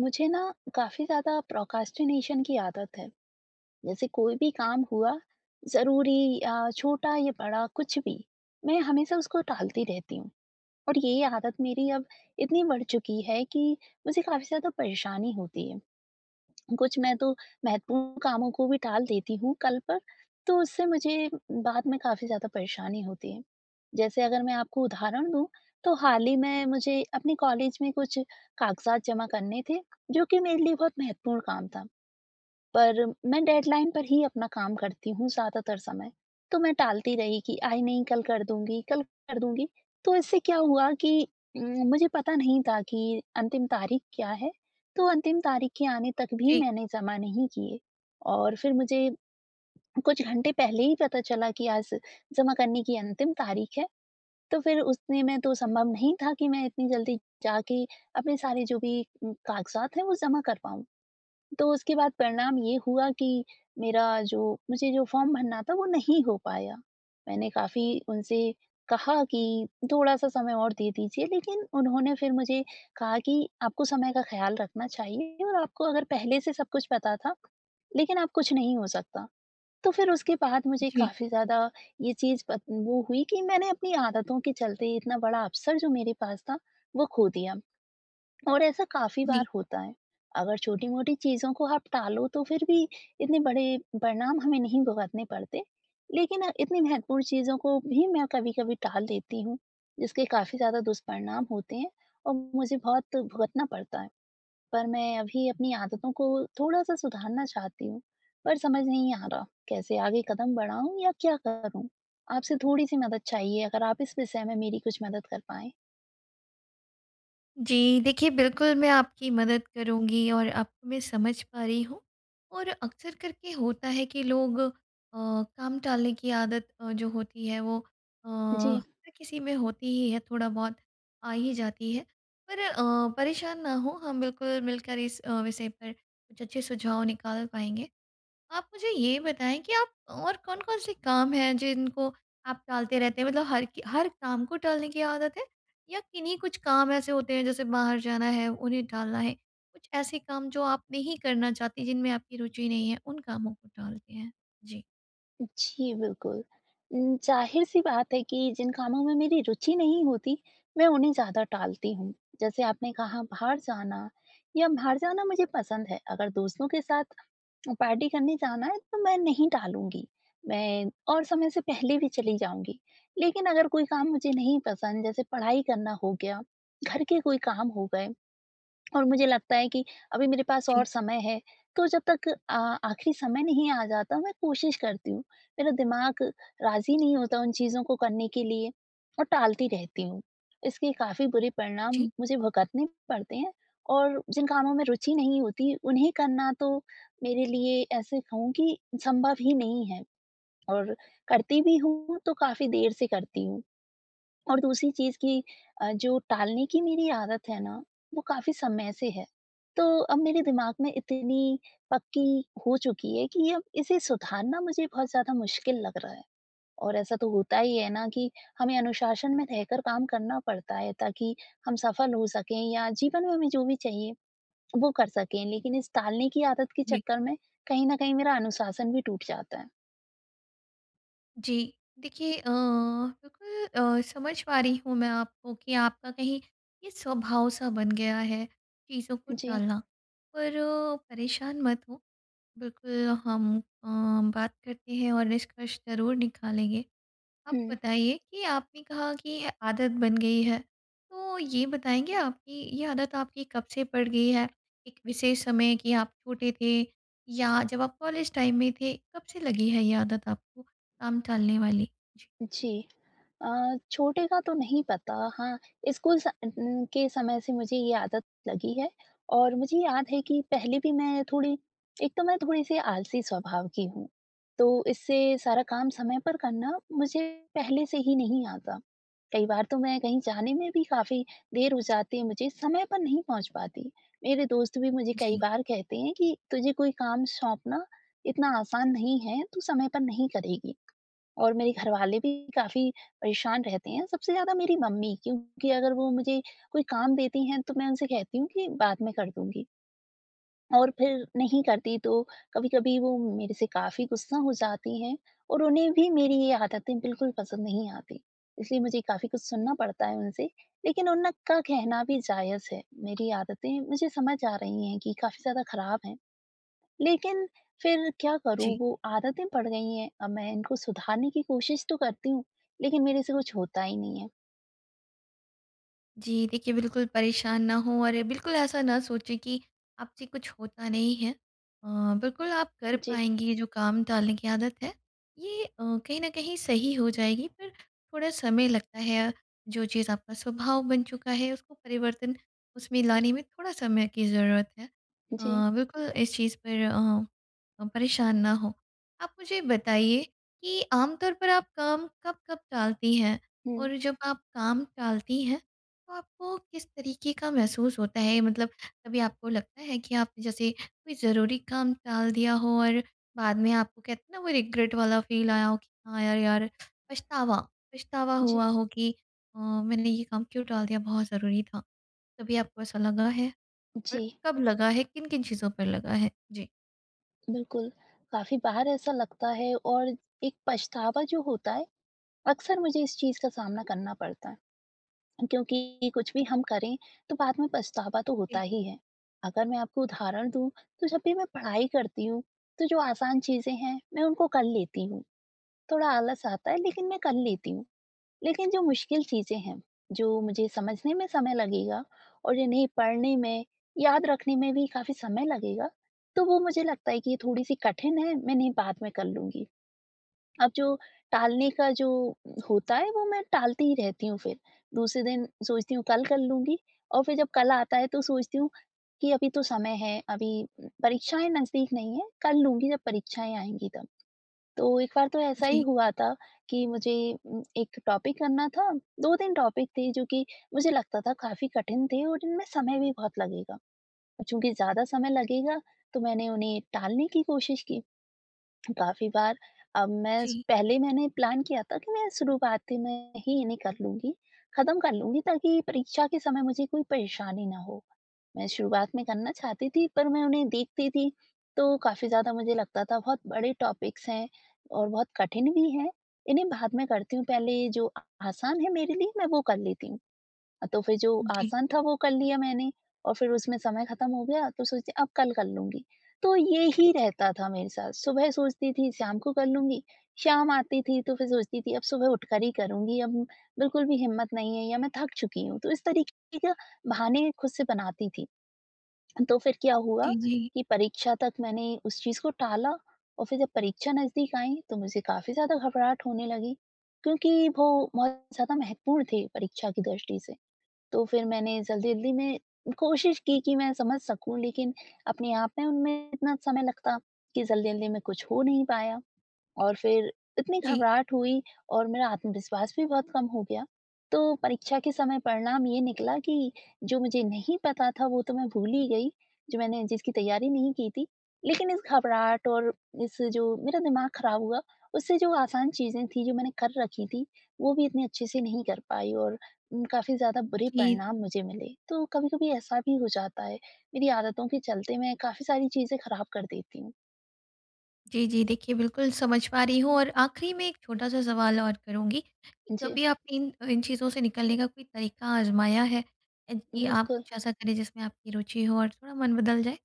मुझे ना काफ़ी ज़्यादा प्रोक्रास्टिनेशन की आदत है। जैसे कोई भी काम हुआ, ज़रूरी या छोटा या बड़ा कुछ भी, मैं हमेशा उसको टालती रहती हूँ। और ये आदत मेरी अब इतनी बढ़ चुकी है कि मुझे काफ़ी ज़्यादा परेशानी होती है। कुछ मैं तो महत्वपूर्ण कामों को भी टाल देती हूँ कल पर, तो उससे मुझे बाद में काफ़ी ज़्यादा परेशानी होती है। जैसे अगर मैं आपको उदाहरण दूँ, तो हाल ही में मुझे अपने कॉलेज में कुछ कागज़ात जमा करने थे, जो कि मेरे लिए बहुत महत्वपूर्ण काम था। पर मैं डेडलाइन पर ही अपना काम करती हूँ ज़्यादातर समय। तो मैं टालती रही कि आई नहीं कल कर दूँगी, कल कर दूँगी। तो इससे क्या हुआ कि उम, मुझे पता नहीं था कि अंतिम तारीख क्या है, तो अंतिम तारीख के आने तक भी जी, मैंने जमा नहीं किए। और फिर मुझे कुछ घंटे पहले ही पता चला कि आज जमा करने की अंतिम तारीख है। तो फिर उसने में तो संभव नहीं था कि मैं इतनी जल्दी जाके अपने सारे जो भी कागज़ात हैं वो जमा कर पाऊँ। तो उसके बाद परिणाम ये हुआ कि मेरा जो मुझे जो फॉर्म भरना था वो नहीं हो पाया। मैंने काफ़ी उनसे कहा कि थोड़ा-सा समय और दे दीजिए, लेकिन उन्होंने फिर मुझे कहा कि आपको समय का ख़्याल रखना चाहिए और आपको अगर पहले से सब कुछ पता था, लेकिन अब कुछ नहीं हो सकता। तो फिर उसके बाद मुझे जी, काफ़ी ज़्यादा ये चीज़ पत वो हुई कि मैंने अपनी आदतों के चलते इतना बड़ा अवसर जो मेरे पास था, वो खो दिया। और ऐसा काफ़ी बार जी, होता है। अगर छोटी-मोटी चीज़ों को आप टालो तो फिर भी इतने बड़े परिणाम हमें नहीं भुगतने पड़ते। लेकिन इतनी महत्वपूर्ण चीज़ों को भी मैं कभी-कभी टाल देती हूँ, जिसके काफ़ी ज़्यादा दुष्परिणाम होते हैं और मुझे बहुत भुगतना पड़ता है। पर मैं अभी अपनी आदतों को थोड़ा-सा सुधारना चाहती हूँ, पर समझ नहीं आ रहा कैसे आगे कदम बढ़ाऊँ या क्या करूँ? आपसे थोड़ी-सी मदद चाहिए, अगर आप इस विषय में मेरी कुछ मदद कर पाएँ। जी। देखिए, बिल्कुल मैं आपकी मदद करूँगी और आपको मैं समझ पा रही हूँ। और अक्सर करके होता है कि लोग काम टालने की आदत जो होती है वो जी। हर किसी में होती ही है, थोड़ा बहुत आ ही जाती है। पर परेशान ना हों, हम बिल्कुल मिलकर इस विषय पर कुछ अच्छे सुझाव निकाल पाएँगे। आप मुझे ये बताएँ कि आप और कौन-कौन से काम हैं जिनको आप टालते रहते हैं? मतलब हर काम को टालने की आदत है, या किन्हीं कुछ काम ऐसे होते हैं जैसे बाहर जाना है, उन्हें टालना है? कुछ ऐसे काम जो आप नहीं करना चाहते जिनमें आपकी रुचि नहीं है, उन कामों को टालते हैं? जी। जी, बिल्कुल। ज़ाहिर-सी बात है कि जिन कामों में मेरी रुचि नहीं होती, मैं उन्हें ज़्यादा टालती हूँ। जैसे आपने कहा बाहर जाना, या बाहर जाना मुझे पसंद है। अगर दोस्तों के साथ पार्टी करने जाना है तो मैं नहीं टालूँगी। मैं और समय से पहले भी चली जाऊँगी। लेकिन अगर कोई काम मुझे नहीं पसंद, जैसे पढ़ाई करना हो गया, घर के कोई काम हो गए और मुझे लगता है कि अभी मेरे पास और जी, समय है, तो जब तक आखिरी समय नहीं आ जाता, मैं कोशिश करती हूँ। मेरा दिमाग राज़ी नहीं होता उन चीज़ों को करने के लिए और टालती रहती हूँ। इसके काफ़ी बुरे परिणाम जी, मुझे भुगतने पड़ते हैं और जिन कामों में रुचि नहीं होती उन्हें करना तो मेरे लिए, ऐसे कहूँ कि संभव ही नहीं है और करती भी हूँ तो काफ़ी देर से करती हूँ। और दूसरी चीज़ कि जो टालने की मेरी आदत है ना, वो काफ़ी समय से है। तो अब मेरे दिमाग में इतनी पक्की हो चुकी है कि अब इसे सुधारना मुझे बहुत ज़्यादा मुश्किल लग रहा है। और ऐसा तो होता ही है ना कि हमें अनुशासन में रहकर काम करना पड़ता है, ताकि हम सफल हो सकें या जीवन में हमें जो भी चाहिए, वो कर सकें। लेकिन इस टालने की आदत के जी। चक्कर में कहीं न कहीं मेरा अनुशासन भी टूट जाता है। जी। देखिए बिल्कुल समझ पा रही हूँ मैं आपको कि आपका कहीं ये स्वभाव सा बन गया है चीज़ों को जी। टालना। पर परेशान मत हो बिल्कुल, हम अ, बात करते हैं और निष्कर्ष ज़रूर निकालेंगे। आप हुँ। बताइए कि आपने कहा कि ये आदत बन गई है, तो ये बताएँगे आप कि ये आदत आपकी कब से पड़ गई है? एक विशेष समय कि आप छोटे थे, या जब आप कॉलेज टाइम में थे, कब से लगी है ये आदत आपको काम टालने वाली? जी। जी। अ, छोटे का तो नहीं पता, हाँ, स्कूल के समय से मुझे ये आदत लगी है और मुझे याद है कि पहले भी मैं थोड़ी एक तो मैं थोड़ी-सी आलसी स्वभाव की हूँ, तो इससे सारा काम समय पर करना मुझे पहले से ही नहीं आता। कई बार तो मैं कहीं जाने में भी काफ़ी देर हो जाती है मुझे, समय पर नहीं पहुँच पाती। मेरे दोस्त भी मुझे कई जी। बार कहते हैं कि तुझे कोई काम सौंपना इतना आसान नहीं है, तू समय पर नहीं करेगी। और मेरे घरवाले भी काफ़ी परेशान रहते हैं, सबसे ज़्यादा मेरी मम्मी, क्योंकि अगर वो मुझे कोई काम देती हैं, तो मैं उनसे कहती हूँ कि बाद में कर दूँगी और फिर नहीं करती, तो कभी-कभी वो मेरे से काफ़ी गुस्सा हो जाती हैं और उन्हें भी मेरी ये आदतें बिल्कुल पसंद नहीं आती। इसलिए मुझे काफ़ी कुछ सुनना पड़ता है उनसे, लेकिन उनका कहना भी जायज़ है। मेरी आदतें मुझे समझ आ रही हैं कि काफ़ी ज़्यादा खराब हैं। लेकिन फिर क्या करूँ, जी। वो आदतें पड़ गई हैं। अब मैं इनको सुधारने की कोशिश तो करती हूँ, लेकिन मेरे से कुछ होता ही नहीं है। जी, देखिए बिल्कुल परेशान ना हों और बिल्कुल ऐसा ना सोचें कि आपसे कुछ होता नहीं है। बिल्कुल आप कर जी, पाएँगी। ये जो काम टालने की आदत है, ये कहीं न कहीं सही हो जाएगी पर थोड़ा समय लगता है। जो चीज़ आपका स्वभाव बन चुका है उसको परिवर्तन उसमें लाने में थोड़ा समय की ज़रूरत है। जी। बिल्कुल इस चीज़ पर परेशान ना हों। आप मुझे बताइए कि आमतौर पर आप काम कब-कब टालती हैं? हुँ, और जब आप काम टालती हैं तो आपको किस तरीके का महसूस होता है? मतलब कभी आपको लगता है कि आपने जैसे कोई ज़रूरी काम टाल दिया हो, और बाद में आपको कहते हैं ना, वो रिग्रेट वाला फील आया हो कि हाँ यार यार, पछतावा पछतावा हुआ जी, हो कि मैंने ये काम क्यों टाल दिया, बहुत ज़रूरी था।" कभी आपको ऐसा लगा है? और जी। कब लगा है, किन किन चीज़ों पर लगा है? जी। बिल्कुल, काफ़ी बार ऐसा लगता है और एक पछतावा जो होता है, अक्सर मुझे इस चीज़ का सामना करना पड़ता है। क्योंकि कुछ भी हम करें, तो बाद में पछतावा तो होता जी। ही है। अगर मैं आपको उदाहरण दूँ, तो जब भी मैं पढ़ाई करती हूँ, तो जो आसान चीज़ें हैं, मैं उनको कर लेती हूँ। थोड़ा आलस आता है, लेकिन मैं कर लेती हूँ। लेकिन जो मुश्किल चीज़ें हैं, जो मुझे समझने में समय लगेगा और इन्हें पढ़ने में, याद रखने में भी काफ़ी समय लगेगा, तो वो मुझे लगता है कि ये थोड़ी-सी कठिन है, मैं इन्हें बाद में कर लूँगी। अब जो टालने का जो होता है, वो मैं टालती ही रहती हूँ फिर। दूसरे दिन सोचती हूँ कल कर लूँगी और फिर जब कल आता है तो सोचती हूँ कि अभी तो समय है, अभी परीक्षाएँ नज़दीक नहीं है, कर लूँगी जब परीक्षाएँ आएँगी तब। तो एक बार तो ऐसा ही जी। हुआ था कि मुझे एक टॉपिक करना था, 2-3 टॉपिक थे जो कि मुझे लगता था काफ़ी कठिन थे और इनमें समय भी बहुत लगेगा। चूँकि ज़्यादा समय लगेगा, तो मैंने उन्हें टालने की कोशिश की। काफ़ी बार, अब मैं स जी। पहले मैंने प्लान किया था कि मैं शुरुआती में ही इन्हें कर लूँगी, ख़त्म कर लूँगी ताकि परीक्षा के समय मुझे कोई परेशानी ना हो। मैं शुरुआत में करना चाहती थी, पर मैं उन्हें देखती थी तो काफ़ी ज़्यादा मुझे लगता था बहुत बड़े टॉपिक्स हैं और बहुत कठिन भी हैं, इन्हें बाद में करती हूँ, पहले जो आसान है मेरे लिए मैं वो कर लेती हूँ। तो फिर जो जी। आसान था वो कर लिया मैंने और फिर उसमें समय खत्म हो गया तो सोचती अब कल कर लूँगी। तो ये ही रहता था मेरे साथ, सुबह सोचती थी शाम को कर लूँगी, शाम आती थी तो फिर सोचती थी अब सुबह उठकर ही करूँगी, अब बिल्कुल भी हिम्मत नहीं है या मैं थक चुकी हूँ। तो इस तरीके के बहाने खुद से बनाती थी। तो फिर क्या हुआ जी। जी। कि परीक्षा तक मैंने उस चीज़ को टाला और फिर जब परीक्षा नज़दीक आई तो मुझे काफ़ी ज़्यादा घबराहट होने लगी, क्योंकि वो बहुत ज़्यादा महत्वपूर्ण थे परीक्षा की दृष्टि से। तो फिर मैंने जल्दी-जल्दी में कोशिश की कि मैं समझ सकूँ, लेकिन अपने आप में उनमें इतना समय लगता कि जल्दी-जल्दी में कुछ हो नहीं पाया। और फिर इतनी जी। घबराहट हुई और मेरा आत्मविश्वास भी बहुत कम हो गया। तो परीक्षा के समय परिणाम ये निकला कि जो मुझे नहीं पता था वो तो मैं भूल ही गई, जो मैंने जिसकी तैयारी नहीं की थी। लेकिन इस घबराहट और इस जो मेरा दिमाग खराब हुआ, उससे जो आसान चीज़ें थी, जो मैंने कर रखी थी, वो भी इतने अच्छे से नहीं कर पाई और काफ़ी ज़्यादा बुरे जी। परिणाम मुझे मिले। तो कभी-कभी ऐसा भी हो जाता है, मेरी आदतों के चलते मैं काफ़ी सारी चीज़ें खराब कर देती हूँ। जी, जी। देखिए, बिल्कुल समझ पा रही हूँ। और आखिरी में एक छोटा-सा सवाल और करूँगी कि जी, कभी आपने इन इन चीज़ों से निकलने का कोई तरीका आज़माया है? कि आप बिल्कुल, कुछ ऐसा करें जिसमें आपकी रुचि हो और थोड़ा मन बदल जाए?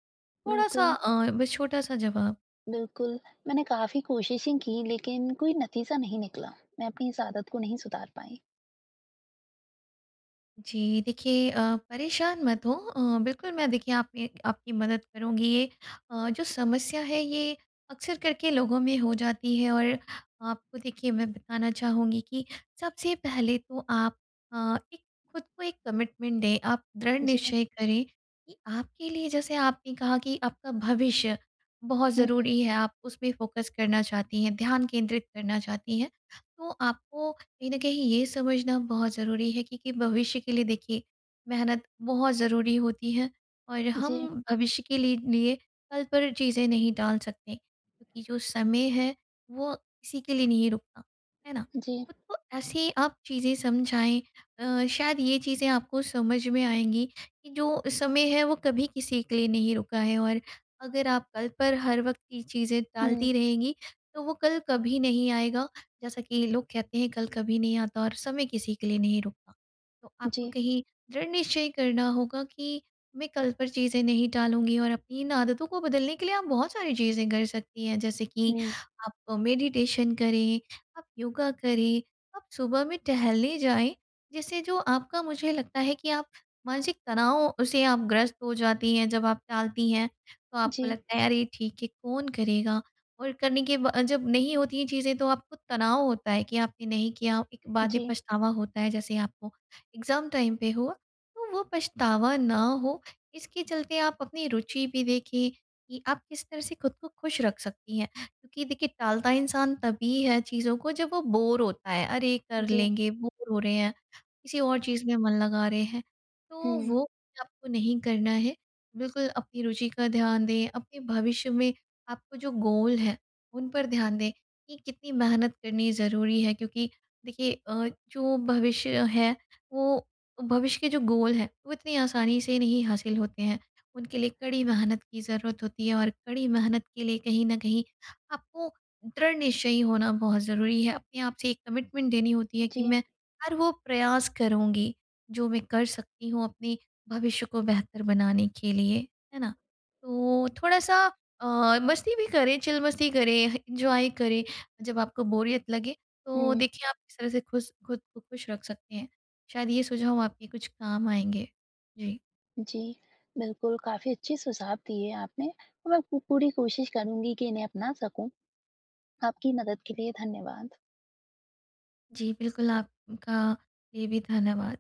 थोड़ा-सा बिल्कुल। बस छोटा-सा जवाब। बिल्कुल, मैंने काफ़ी कोशिशें की लेकिन कोई नतीजा नहीं निकला। मैं अपनी इस आदत को नहीं सुधार पाई। जी, देखिए परेशान मत हो। बिल्कुल मैं देखिए आपने आपकी मदद करूँगी। ये जो समस्या है ये अक्सर करके लोगों में हो जाती है। और आपको देखिए मैं बताना चाहूँगी कि सबसे पहले तो आप अ, एक खुद को एक कमिटमेंट दें, आप दृढ़ जी। निश्चय करें कि आपके लिए, जैसे आपने कहा कि आपका भविष्य बहुत हुँ। ज़रूरी है, आप उसमें फ़ोकस करना चाहती हैं, ध्यान केंद्रित करना चाहती हैं। तो आपको कहीं न कहीं ये समझना बहुत ज़रूरी है कि भविष्य के लिए देखिए मेहनत बहुत ज़रूरी होती है। और जी, हम भविष्य के लि लिए कल पर चीज़ें नहीं टाल सकते, क्योंकि जो समय है वो किसी के लिए नहीं रुकता, है ना? जी। खुद को ऐसी आप चीज़ें समझाएँ। शायद ये चीज़ें आपको समझ में आएँगी कि जो समय है वो कभी किसी के लिए नहीं रुका है। और अगर आप कल पर हर वक़्त ये चीज़ें हुँ। टालती रहेंगी, तो वो कल कभी नहीं आएगा। जैसा कि लोग कहते हैं कल कभी नहीं आता और समय किसी के लिए नहीं रुकता। तो जी। आपको कहीं दृढ़ निश्चय करना होगा कि मैं कल पर चीज़ें नहीं टालूंगी। और अपनी इन आदतों को बदलने के लिए आप बहुत सारी चीज़ें कर सकती हैं, जैसे कि हुँ। आप मेडिटेशन करें, आप योगा करें, आप सुबह में टहलने जाएं। जिससे जो आपका, मुझे लगता है कि आप मानसिक तनाव से आप ग्रस्त हो जाती हैं, जब आप टालती हैं तो आपको जी, लगता है यार ये ठीक है कौन करेगा। और करने के बा जब नहीं होती हैं चीज़ें तो आपको तनाव होता है कि आपने नहीं किया। एक बाद में जी, पछतावा होता है, जैसे आपको एग्ज़ाम टाइम पे हुआ। तो वो पछतावा ना हो, इसके चलते आप अपनी रुचि भी देखें कि आप किस तरह से खुद को खुश रख सकती हैं। क्योंकि देखिए टालता इंसान तभी है चीज़ों को जब वो बोर होता है, अरे कर जी। लेंगे, बोर हो रहे हैं, किसी और चीज़ में मन लगा रहे हैं। तो हुँ। वो आपको नहीं करना है। बिल्कुल अपनी रुचि का ध्यान दें, अपने भविष्य में आपको जो गोल है उन पर ध्यान दें कि कितनी मेहनत करनी ज़रूरी है। क्योंकि देखिए जो भविष्य है वो, भविष्य के जो गोल है वो इतनी आसानी से नहीं हासिल होते हैं। उनके लिए कड़ी मेहनत की ज़रूरत होती है। और कड़ी मेहनत के लिए कहीं न कहीं आपको दृढ़ निश्चयी होना बहुत ज़रूरी है। अपने आप से एक कमिटमेंट देनी होती है कि जी। मैं हर वो प्रयास करूँगी जो मैं कर सकती हूँ अपने भविष्य को बेहतर बनाने के लिए, है ना? तो थोड़ा-सा मस्ती भी करें, चिल मस्ती करें, एन्जॉय करें। जब आपको बोरियत लगे तो हुँ। देखिए आप इस तरह से खुश खुद को खुश रख सकते हैं। शायद ये सुझाव आपके कुछ काम आएँगे। जी। जी। बिल्कुल, काफ़ी अच्छे सुझाव दिए आपने। और मैं पू पूरी कोशिश करूँगी कि इन्हें अपना सकूँ। आपकी मदद के लिए धन्यवाद। जी, बिल्कुल आपका लिए भी धन्यवाद।